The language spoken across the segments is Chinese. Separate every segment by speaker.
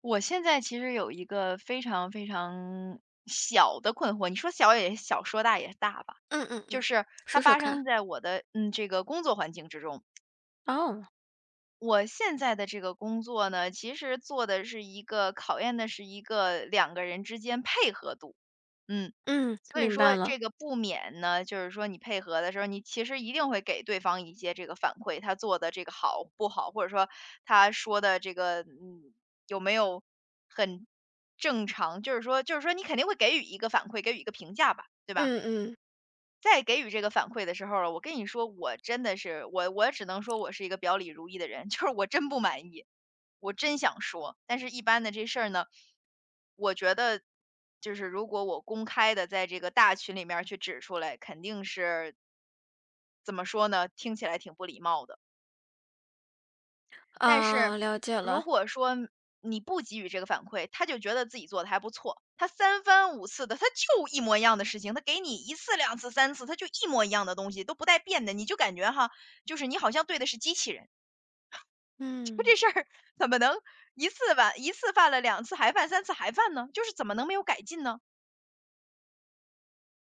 Speaker 1: 我现在其实有一个非常非常小的困惑，你说小也小，说大也大吧，
Speaker 2: 嗯嗯
Speaker 1: 就
Speaker 2: 嗯，
Speaker 1: 是它
Speaker 2: 说说
Speaker 1: 发
Speaker 2: 看。
Speaker 1: 生在我的这个工作环境之中。
Speaker 2: 哦，
Speaker 1: 我现在的这个工作呢，其实做的是一个考验的是一个两个人之间配合度，嗯，
Speaker 2: 嗯
Speaker 1: 所以
Speaker 2: 明白
Speaker 1: 说
Speaker 2: 了。
Speaker 1: 这个不免呢，就是说你配合的时候，你其实一定会给对方一些这个反馈，他做的这个好不好，或者说他说的这个有没有很正常，就是说你肯定会给予一个反馈，给予一个评价吧，对吧？
Speaker 2: 嗯嗯
Speaker 1: 在给予这个反馈的时候儿，我跟你说，我真的是我只能说我是一个表里如一的人，就是我真不满意，我真想说，但是一般的这事儿呢，我觉得就是如果我公开的在这个大群里面儿去指出来，肯定是怎么说呢，听起来挺不礼貌的。但是
Speaker 2: 啊，了解
Speaker 1: 如
Speaker 2: 了。
Speaker 1: 果说你不给予这个反馈，他就觉得自己做的还不错，他三番五次的，他就一模一样的事情，他给你一次、两次、三次，他就一模一样的东西，都不带变的，你就感觉哈，就是你好像对的是机器人，
Speaker 2: 嗯
Speaker 1: 怎么能一次犯一次犯了两次还犯三次还犯呢？就是怎么能没有改进呢？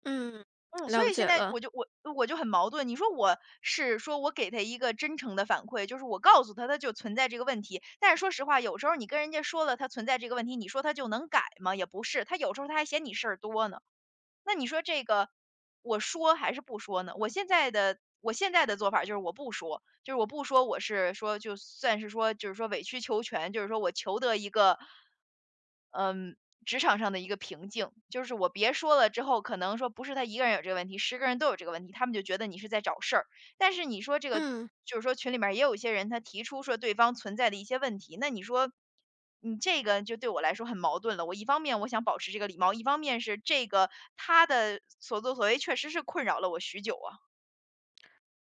Speaker 2: 嗯，
Speaker 1: 嗯，所
Speaker 2: 了
Speaker 1: 以现
Speaker 2: 解
Speaker 1: 在
Speaker 2: 了。
Speaker 1: 我就很矛盾。你说我是说我给他一个真诚的反馈，就是我告诉他他就存在这个问题。但是说实话，有时候你跟人家说了他存在这个问题，你说他就能改吗？也不是，他有时候他还嫌你事儿多呢。那你说这个，我说还是不说呢？我现在的做法就是我不说，就是我不说，我是说就算是说就是说委曲求全，就是说我求得一个，嗯，职场上的一个平静，就是我别说了之后，可能说不是他一个人有这个问题，十个人都有这个问题，他们就觉得你是在找事儿。但是你说这个，
Speaker 2: 嗯，
Speaker 1: 就是说群里面儿也有一些人他提出说对方存在的一些问题，那你说你这个就对我来说很矛盾了。我一方面我想保持这个礼貌，一方面是这个他的所作所为确实是困扰了我许久啊。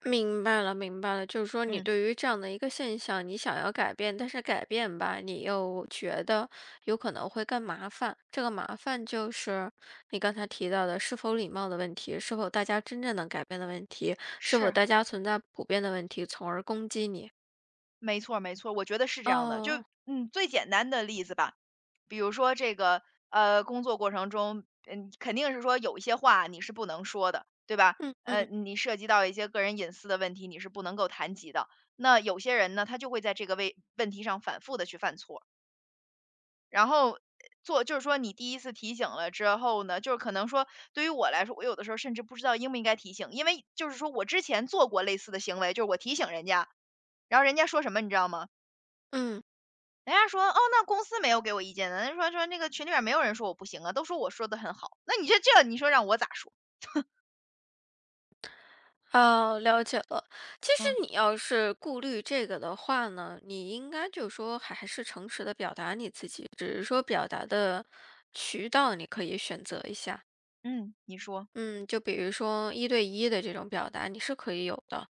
Speaker 2: 明白了，明白了。就是说，你
Speaker 1: 嗯，
Speaker 2: 对于这样的一个现象，你想要改变，但是改变吧，你又觉得有可能会更麻烦。这个麻烦就是你刚才提到的是否礼貌的问题，是否大家真正能改变的问题，是否
Speaker 1: 是，
Speaker 2: 大家存在普遍的问题，从而攻击你。
Speaker 1: 没错没错我觉得是这样的。就
Speaker 2: 哦，
Speaker 1: 最简单的例子吧，比如说这个工作过程中，肯定是说有一些话你是不能说的，对吧？
Speaker 2: 嗯嗯
Speaker 1: 你涉及到一些个人隐私的问题，你是不能够谈及的。那有些人呢，他就会在这个问题上反复的去犯错，然后就是说你第一次提醒了之后呢，就是可能说对于我来说，我有的时候甚至不知道应不应该提醒，因为就是说我之前做过类似的行为，就是我提醒人家，然后人家说什么你知道吗？
Speaker 2: 嗯。
Speaker 1: 人家说："哦，那公司没有给我意见的。"人家说那个群里面没有人说我不行啊，都说我说的很好。那你这，你说让我咋说？
Speaker 2: 哦，了解了。其实
Speaker 1: 嗯
Speaker 2: 你要是顾虑这个的话呢，你应该就说还是诚实的表达你自己，只是说表达的渠道你可以选择一下。
Speaker 1: 嗯，你说。
Speaker 2: 嗯，就比如说一对一的这种表达，你是可以有的。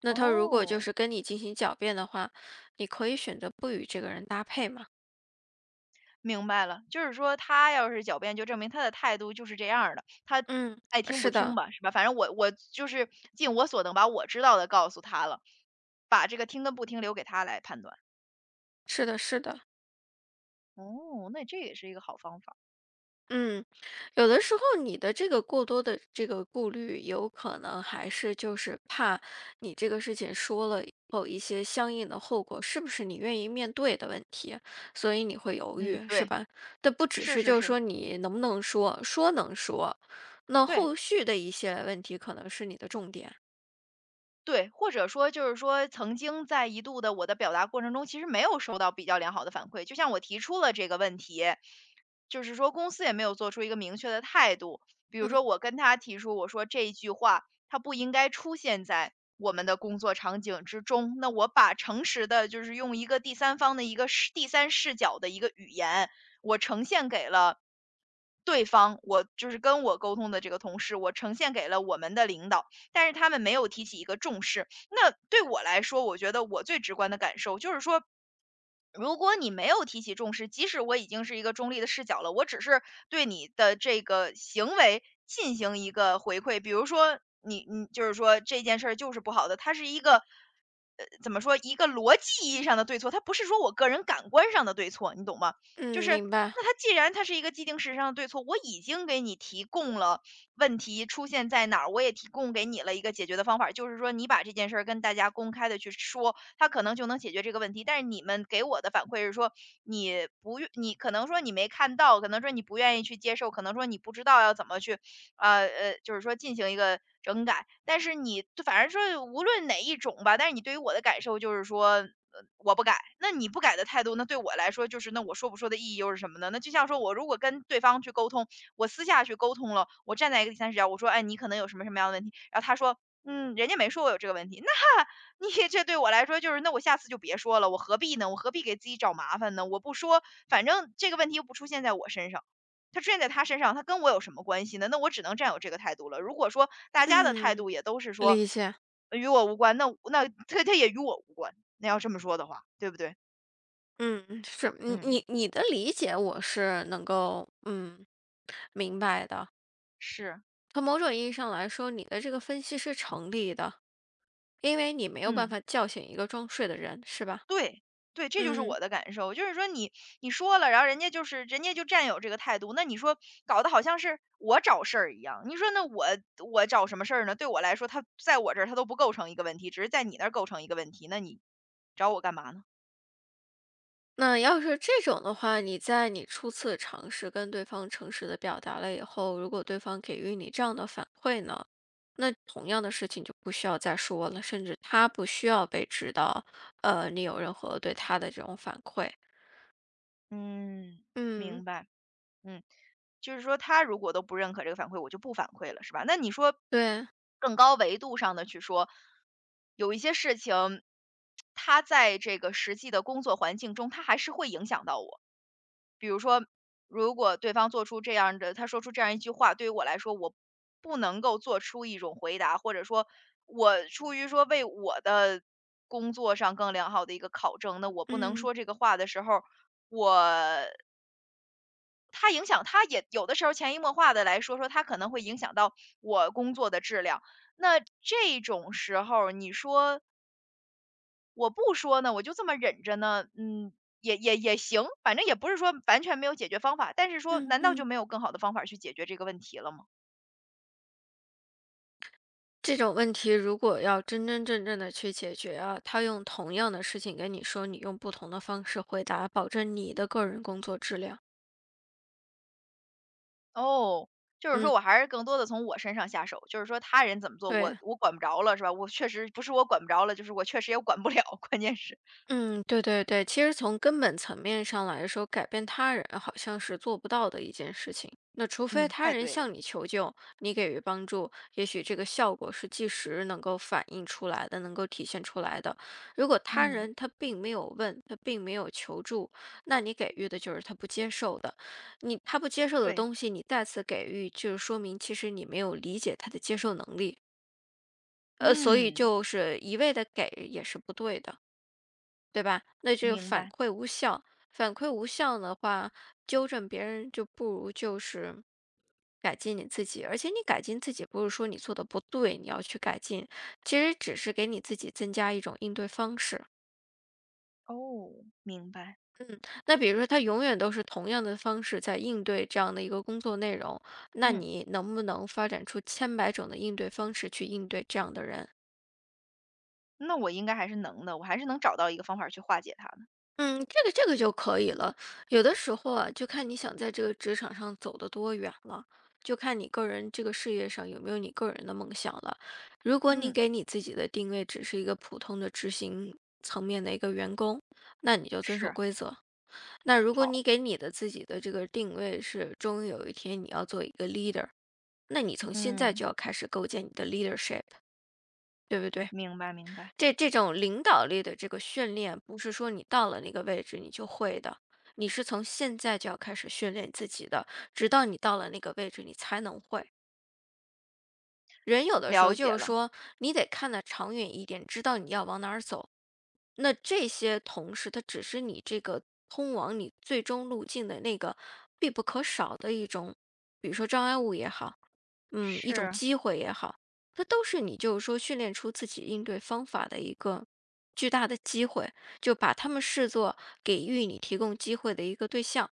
Speaker 2: 那他如果就
Speaker 1: 哦，
Speaker 2: 是跟你进行狡辩的话，你可以选择不与这个人搭配嘛。
Speaker 1: 明白了，就是说他要是狡辩，就证明他的态度就是这样儿的，他
Speaker 2: 嗯，
Speaker 1: 爱听不
Speaker 2: 是
Speaker 1: 听
Speaker 2: 的，
Speaker 1: 吧，是吧？反正我就是尽我所能把我知道的告诉他了，把这个听跟不听留给他来判断。
Speaker 2: 是的，是的。
Speaker 1: 哦，那这也是一个好方法。
Speaker 2: 嗯，有的时候你的这个过多的这个顾虑，有可能还是就是怕你这个事情说了以后，一些相应的后果是不是你愿意面对的问题，所以你会犹
Speaker 1: 嗯，
Speaker 2: 豫，是
Speaker 1: 对，
Speaker 2: 吧？但不只
Speaker 1: 是
Speaker 2: 是
Speaker 1: 是
Speaker 2: 就是
Speaker 1: 是，
Speaker 2: 说你能不能说，说能说，那
Speaker 1: 对。
Speaker 2: 后续的一些问题可能是你的重点。
Speaker 1: 对，或者说就是说，曾经在一度的我的表达过程中，其实没有收到比较良好的反馈。就像我提出了这个问题，就是说公司也没有做出一个明确的态度。比如
Speaker 2: 嗯
Speaker 1: 说，我跟他提出，我说这一句话它不应该出现在我们的工作场景之中。那我把诚实的，就是用一个第三方的一个第三视角的一个语言，我呈现给了对方，我就是跟我沟通的这个同事，我呈现给了我们的领导。但是他们没有提起一个重视。那对我来说，我觉得我最直观的感受就是说，如果你没有提起重视，即使我已经是一个中立的视角了，我只是对你的这个行为进行一个回馈，比如说你就是说这件事儿就是不好的，它是一个怎么说一个逻辑意义上的对错，它不是说我个人感官上的对错，你懂吗？就
Speaker 2: 嗯，
Speaker 1: 是
Speaker 2: 明白。
Speaker 1: 那它既然它是一个既定事实上的对错，我已经给你提供了问题出现在哪儿，我也提供给你了一个解决的方法，就是说你把这件事儿跟大家公开的去说，他可能就能解决这个问题。但是你们给我的反馈是说，你不愿你可能说你没看到，可能说你不愿意去接受，可能说你不知道要怎么去，就是说进行一个整改。但是你反正说无论哪一种吧，但是你对于我的感受就是说。我不改，那你不改的态度，那对我来说就是，那我说不说的意义又是什么呢？那就像说我如果跟对方去沟通，我私下去沟通了，我站在一个第三视角，我说，哎，你可能有什么什么样的问题，然后他说，嗯，人家没说我有这个问题，那你 这对我来说就是，那我下次就别说了，我何必呢？我何必给自己找麻烦呢？我不说，反正这个问题又不出现在我身上，它出现在他身上，它跟我有什么关系呢？那我只能占有这个态度了。如果说大家的态
Speaker 2: 嗯，
Speaker 1: 度也都是说
Speaker 2: 理解。
Speaker 1: 与我无关，那他也与我无关。那要这么说的话，对不对？
Speaker 2: 嗯，是你
Speaker 1: 嗯，
Speaker 2: 你你的理解我是能够嗯明白的。
Speaker 1: 是。
Speaker 2: 从某种意义上来说，你的这个分析是成立的，因为你没有办
Speaker 1: 嗯。
Speaker 2: 法叫醒一个装睡的人，是吧？
Speaker 1: 对，对，这就是
Speaker 2: 嗯，
Speaker 1: 我的感受。就是说你说了，然后人家就是人家就占有这个态度，那你说搞得好像是我找事儿一样。你说那我找什么事儿呢？对我来说，他在我这儿他都不构成一个问题，只是在你那儿构成一个问题。那你找我干嘛呢？
Speaker 2: 那要是这种的话，你在你初次尝试跟对方诚实的表达了以后，如果对方给予你这样的反馈呢，那同样的事情就不需要再说了，甚至他不需要被知道，你有任何对他的这种反馈。
Speaker 1: 嗯，
Speaker 2: 嗯，
Speaker 1: 明白。嗯，就是说他如果都不认可这个反馈，我就不反馈了，是吧？那你说
Speaker 2: 对，
Speaker 1: 更高维度上的去说，有一些事情，它在这个实际的工作环境中，它还是会影响到我。比如说，如果对方做出这样的，他说出这样一句话，对于我来说，我不能够做出一种回答，或者说，我出于说为我的工作上更良好的一个考证，那我不能
Speaker 2: 嗯
Speaker 1: 说这个话的时候，我他影响他也有的时候潜移默化的来说，他可能会影响到我工作的质量。那这种时候你说我不说呢，我就这么忍着呢，嗯，也行，反正也不是说完全没有解决方法，但是说
Speaker 2: 嗯
Speaker 1: 难道就
Speaker 2: 嗯。
Speaker 1: 没有更好的方法去解决这个问题了吗？
Speaker 2: 这种问题如果要真真正正的去解决啊，他用同样的事情跟你说，你用不同的方式回答，保证你的个人工作质量。
Speaker 1: 哦，就是说
Speaker 2: 嗯，
Speaker 1: 我还是更多的从我身上下手，就是说他人怎么做，我
Speaker 2: 对。
Speaker 1: 我管不着了是吧？我确实不是我管不着了，就是我确实也管不了，关键是。
Speaker 2: 嗯，对对对，其实从根本层面上来说，改变他人好像是做不到的一件事情。那除非
Speaker 1: 嗯，
Speaker 2: 他
Speaker 1: 太
Speaker 2: 人
Speaker 1: 对了，
Speaker 2: 向你求救，你给予帮助，也许这个效果是即时能够反映出来的，能够体现出来的。如果他
Speaker 1: 嗯，
Speaker 2: 人他并没有问，他并没有求助，那你给予的就是他不接受的。你他不接受的
Speaker 1: 对，
Speaker 2: 东西，你再次给予，就是说明其实你没有理解他的接受能力。所以
Speaker 1: 嗯，
Speaker 2: 就是一味的给也是不对的。对吧？那这个
Speaker 1: 明
Speaker 2: 反
Speaker 1: 白。
Speaker 2: 馈无效，反馈无效的话，纠正别人就不如就是改进你自己。而且你改进自己，不是说你做的不对，你要去改进，其实只是给你自己增加一种应对方式。
Speaker 1: 哦，明白。
Speaker 2: 嗯，那比如说他永远都是同样的方式在应对这样的一个工作内容，那
Speaker 1: 嗯，
Speaker 2: 你能不能发展出千百种的应对方式去应对这样的人？
Speaker 1: 那我应该还是能的，我还是能找到一个方法去化解它的。
Speaker 2: 嗯，这个这个就可以了。有的时候啊，就看你想在这个职场上走得多远了，就看你个人这个事业上有没有你个人的梦想了。如果你
Speaker 1: 嗯，
Speaker 2: 给你自己的定位只是一个普通的执行层面的一个员工，那你就遵守
Speaker 1: 是，
Speaker 2: 规则。那如果
Speaker 1: 好，
Speaker 2: 你给你的自己的这个定位是终于有一天你要做一个 leader，那你从现在
Speaker 1: 嗯，
Speaker 2: 就要开始构建你的 leadership，对不对？
Speaker 1: 明白明白，
Speaker 2: 这这种领导力的这个训练，不是说你到了那个位置你就会的，你是从现在就要开始训练自己的，直到你到了那个位置你才能会。人有的时
Speaker 1: 了
Speaker 2: 候
Speaker 1: 解
Speaker 2: 就是
Speaker 1: 了，
Speaker 2: 说，你得看得长远一点，知道你要往哪儿走。那这些同事，他只是你这个通往你最终路径的那个必不可少的一种，比如说障碍物也好，嗯，一种
Speaker 1: 是。
Speaker 2: 机会也好，它都是你就是说训练出自己应对方法的一个巨大的机会，就把他们视作给予你提供机会的一个对象。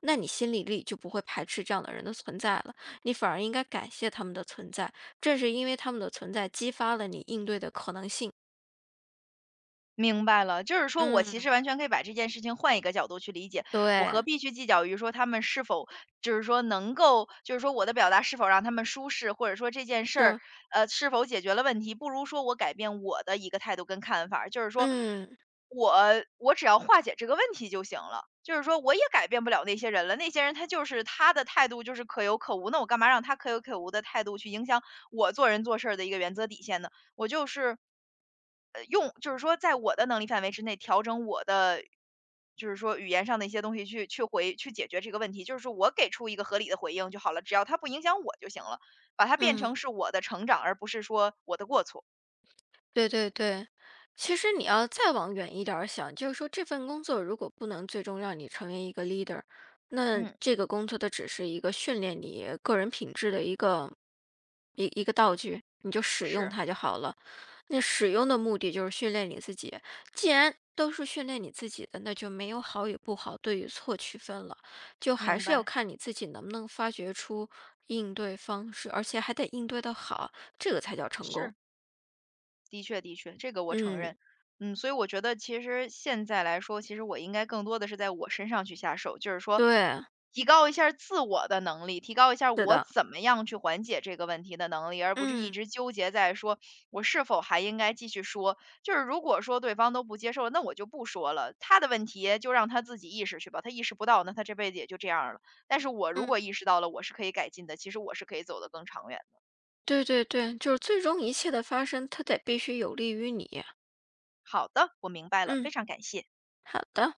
Speaker 2: 那你心里力就不会排斥这样的人的存在了，你反而应该感谢他们的存在，正是因为他们的存在，激发了你应对的可能性。
Speaker 1: 明白了，就是说我其
Speaker 2: 嗯，
Speaker 1: 实完全可以把这件事情换一个角度去理解，我何
Speaker 2: 对，
Speaker 1: 必去计较于说他们是否就是说能够，就是说我的表达是否让他们舒适，或者说这件事儿，
Speaker 2: 是，
Speaker 1: 是否解决了问题，不如说我改变我的一个态度跟看法儿就是说
Speaker 2: 嗯
Speaker 1: 我我只要化解这个问题就行了。就是说，我也改变不了那些人了。那些人他就是他的态度就是可有可无，那我干嘛让他可有可无的态度去影响我做人做事儿的一个原则底线呢？我就是用就是说在我的能力范围之内调整我的，就是说语言上的一些东西去解决这个问题，就是说我给出一个合理的回应就好了，只要它不影响我就行了，把它变
Speaker 2: 嗯，
Speaker 1: 成是我的成长，而不是说我的过错。
Speaker 2: 对对对。其实你要再往远一点儿想，就是说这份工作如果不能最终让你成为一个 leader，那
Speaker 1: 嗯，
Speaker 2: 这个工作它只是一个训练你个人品质的一个道具，你就使用
Speaker 1: 是，
Speaker 2: 它就好了。那使用的目的就是训练你自己。既然都是训练你自己的，那就没有好与不好、对与错区分了，就还
Speaker 1: 明
Speaker 2: 是要
Speaker 1: 白，
Speaker 2: 看你自己能不能发掘出应对方式，而且还得应对的好，这个才叫成功。
Speaker 1: 是。的确的确，这个我承认。
Speaker 2: 嗯，
Speaker 1: 所以我觉得其实现在来说，其实我应该更多的是在我身上去下手，就是说
Speaker 2: 对，
Speaker 1: 提高一下儿自我的能力，提高一下儿
Speaker 2: 是
Speaker 1: 我
Speaker 2: 的，
Speaker 1: 怎么样去缓解这个问题的能力，而不是一
Speaker 2: 嗯
Speaker 1: 直纠结在说我是否还应该继续说。就是如果说对方都不接受，那我就不说了，他的问题就让他自己意识去吧，他意识不到，那他这辈子也就这样儿了。但是我如
Speaker 2: 嗯，
Speaker 1: 果意识到了，我是可以改进的，其实我是可以走得更长远的。
Speaker 2: 对对对，就是最终一切的发生，它得必须有利于你。
Speaker 1: 好的，我明白了，非
Speaker 2: 嗯，
Speaker 1: 常感谢。
Speaker 2: 好的。